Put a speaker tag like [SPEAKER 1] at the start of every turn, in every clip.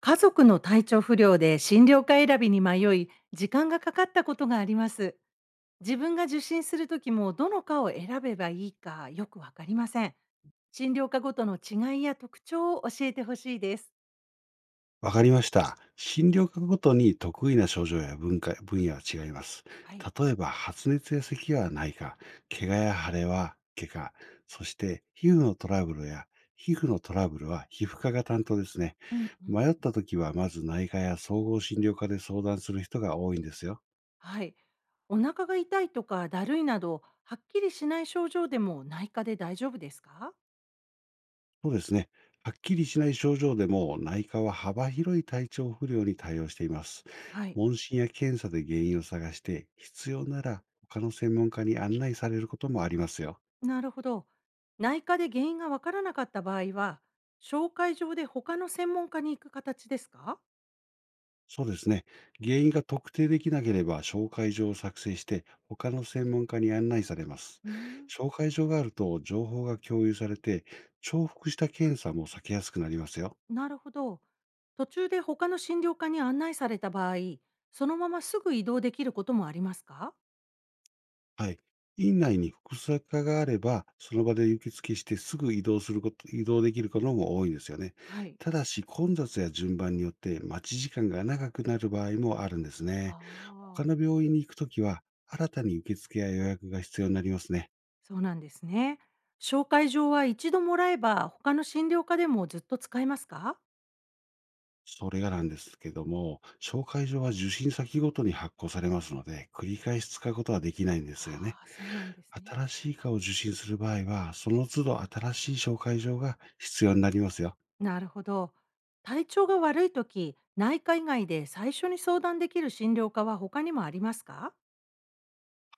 [SPEAKER 1] 家族の体調不良で診療科選びに迷い、時間がかかったことがあります。自分が受診するときもどの科を選べばいいかよくわかりません。診療科ごとの違いや特徴を教えてほしいです。
[SPEAKER 2] わかりました。診療科ごとに得意な症状や文化分野は違います。
[SPEAKER 1] はい。
[SPEAKER 2] 例えば、発熱や咳はないか、怪我や腫れは外科、そして皮膚のトラブルは皮膚科が担当ですね。
[SPEAKER 1] うんうん。
[SPEAKER 2] 迷った時は、まず内科や総合診療科で相談する人が多いんですよ。
[SPEAKER 1] はい。お腹が痛いとかだるいなど、はっきりしない症状でも内科で大丈夫ですか？
[SPEAKER 2] そうですね。はっきりしない症状でも、内科は幅広い体調不良に対応しています。
[SPEAKER 1] はい。
[SPEAKER 2] 問診や検査で原因を探して、必要なら他の専門家に案内されることもありますよ。
[SPEAKER 1] なるほど。内科で原因がわからなかった場合は、紹介状で他の専門家に行く形ですか？
[SPEAKER 2] そうですね。原因が特定できなければ、紹介状を作成して他の専門家に案内されます。
[SPEAKER 1] うーん、
[SPEAKER 2] 紹介状があると情報が共有されて、重複した検査も避けやすくなりますよ。
[SPEAKER 1] なるほど。途中で他の診療科に案内された場合、そのまますぐ移動できることもありますか？
[SPEAKER 2] はい。院内に複数科があれば、その場で行きつけして、すぐ移動できることも多いんですよね。
[SPEAKER 1] はい。
[SPEAKER 2] ただし、混雑や順番によって待ち時間が長くなる場合もあるんですね。他
[SPEAKER 1] あ
[SPEAKER 2] の
[SPEAKER 1] あ、
[SPEAKER 2] 病院に行くときは、新たに受付や予約が必要になりますね。
[SPEAKER 1] そうなんですね。紹介状は一度もらえば他の診療科でもずっと使えますか？
[SPEAKER 2] それがなんですけども、紹介状は受診先ごとに発行されますので、繰り返し使うことはできないんですよね。
[SPEAKER 1] ああ、そうなんですね。
[SPEAKER 2] 新しい科を受診する場合は、その都度新しい紹介状が必要になりますよ。
[SPEAKER 1] なるほど。体調が悪いとき、内科以外で最初に相談できる診療科は他にもありますか？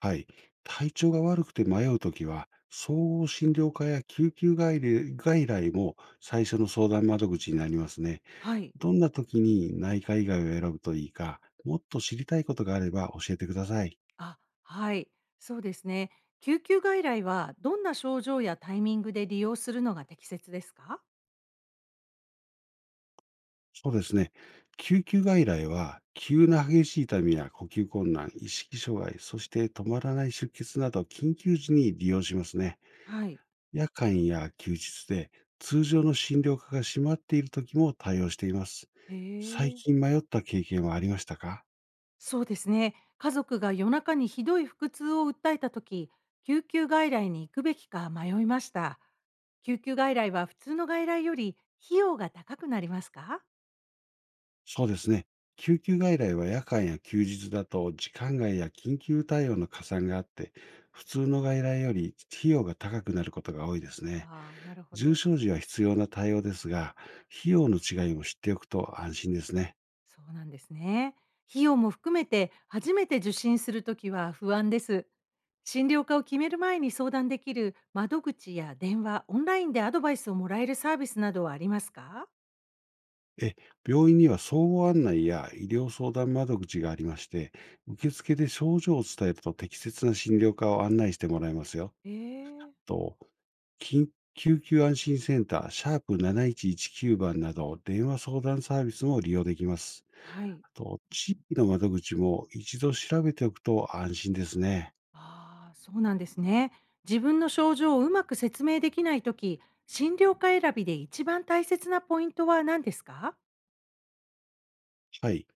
[SPEAKER 2] はい。体調が悪くて迷うときは、総合診療科や救急外来も最初の相談窓口になりますね。
[SPEAKER 1] はい。
[SPEAKER 2] どんなときに内科以外を選ぶといいか、もっと知りたいことがあれば教えてください。
[SPEAKER 1] あ、はい、そうですね。救急外来はどんな症状やタイミングで利用するのが適切ですか？
[SPEAKER 2] そうですね。救急外来は、急な激しい痛みや呼吸困難、意識障害、そして止まらない出血など、緊急時に利用しますね。
[SPEAKER 1] はい。
[SPEAKER 2] 夜間や休日で通常の診療科が閉まっている時も対応しています。
[SPEAKER 1] へ
[SPEAKER 2] 最
[SPEAKER 1] え、
[SPEAKER 2] 近迷った経験はありましたか？
[SPEAKER 1] そうですね。家族が夜中にひどい腹痛を訴えたとき、救急外来に行くべきか迷いました。救急外来は普通の外来より費用が高くなりますか？
[SPEAKER 2] そうですね。救急外来は、夜間や休日だと時間外や緊急対応の加算があって、普通の外来より費用が高くなることが多いですね。
[SPEAKER 1] ああー、なるほ
[SPEAKER 2] 重
[SPEAKER 1] ど。
[SPEAKER 2] 症時は必要な対応ですが、費用の違いも知っておくと安心ですね。
[SPEAKER 1] そうなんですね。費用も含めて初めて受診するときは不安です。診療科を決める前に相談できる窓口や電話、オンラインでアドバイスをもらえるサービスなどはありますか？
[SPEAKER 2] え、病院には総合案内や医療相談窓口がありまして、受付で症状を伝えると適切な診療科を案内してもらえますよ。
[SPEAKER 1] えー、
[SPEAKER 2] と、緊救急安心センター、シャープ7119番など、電話相談サービスも利用できます。
[SPEAKER 1] はい。
[SPEAKER 2] あと、地域の窓口も一度調べておくと安心ですね。
[SPEAKER 1] ああ、そうなんですね。自分の症状をうまく説明できないとき、診療科選びで一番大切なポイントは何ですか？
[SPEAKER 2] はい。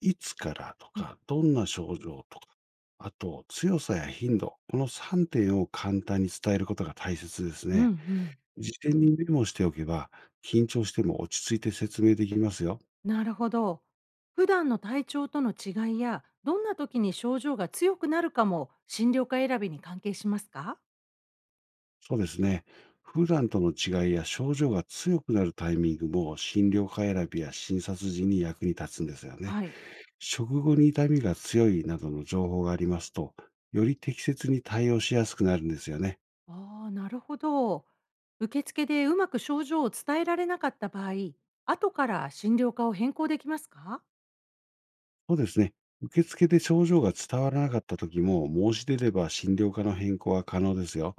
[SPEAKER 2] いつからと
[SPEAKER 1] うん
[SPEAKER 2] か、どんな症状とか、あと、強さや頻度、この3点を簡単に伝えることが大切です
[SPEAKER 1] うん、う
[SPEAKER 2] ね。
[SPEAKER 1] ん、
[SPEAKER 2] 事前にメモしておけば、緊張しても落ち着いて説明できますよ。
[SPEAKER 1] なるほど。普段の体調との違いや、どんな時に症状が強くなるかも診療科選びに関係しますか？
[SPEAKER 2] そうですね。普段との違いや症状が強くなるタイミングも、診療科選びや診察時に役に立つんですよね。
[SPEAKER 1] はい。
[SPEAKER 2] 食後に痛みが強いなどの情報がありますと、より適切に対応しやすくなるんですよね。
[SPEAKER 1] ああ、なるほど。受付でうまく症状を伝えられなかった場合、後から診療科を変更できますか？
[SPEAKER 2] そうですね。受付で症状が伝わらなかった時も、申し出れば診療科の変更は可能ですよ。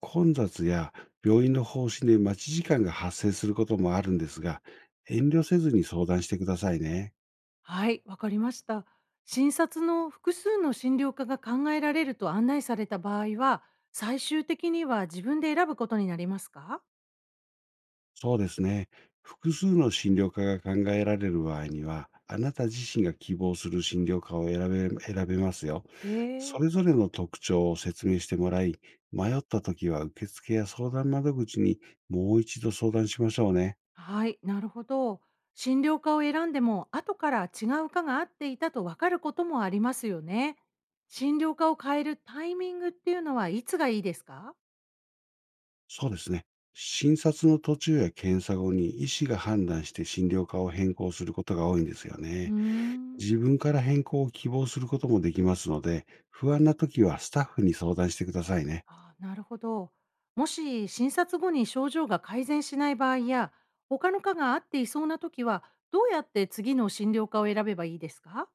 [SPEAKER 2] 混雑や病院の方針で待ち時間が発生することもあるんですが、遠慮せずに相談してくださいね。
[SPEAKER 1] はい、わかりました。診察の複数の診療科が考えられると案内された場合は、最終的には自分で選ぶことになりますか？
[SPEAKER 2] そうですね。複数の診療科が考えられる場合には、あなた自身が希望する診療科を選べますよ。そ
[SPEAKER 1] え
[SPEAKER 2] れ
[SPEAKER 1] え、
[SPEAKER 2] ぞれの特徴を説明してもらい、迷った時は受付や相談窓口にもう一度相談しましょうね。
[SPEAKER 1] はい、なるほど。診療科を選んでも後から違う科が合っていたと分かることもありますよね。診療科を変えるタイミングっていうのはいつがいいですか？
[SPEAKER 2] そうですね。診察の途中や検査後に医師が判断して、診療科を変更することが多いんですよ
[SPEAKER 1] うー
[SPEAKER 2] ね。
[SPEAKER 1] ん、
[SPEAKER 2] 自分から変更を希望することもできますので、不安な時はスタッフに相談してくださいね。
[SPEAKER 1] あ、なるほど。もし診察後に症状が改善しない場合や他の科が合っていそうな時はどうやって次の診療科を選べばいいですか？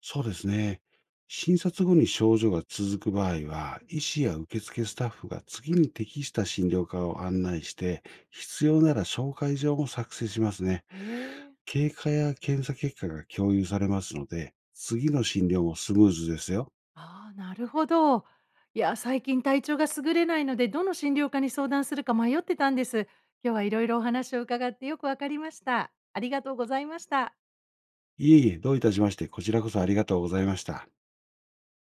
[SPEAKER 2] そうですね。診察後に症状が続く場合は、医師や受付スタッフが次に適した診療科を案内して、必要なら紹介状も作成しますね。
[SPEAKER 1] へえ、
[SPEAKER 2] 経過や検査結果が共有されますので、次の診療もスムーズですよ。
[SPEAKER 1] ああ、なるほど。いや、最近体調が優れないので、どの診療科に相談するか迷ってたんです。今日はいろいろお話を伺ってよくわかりました。ありがとうございました。
[SPEAKER 2] いえいえ、どういたしまして、こちらこそありがとうございました。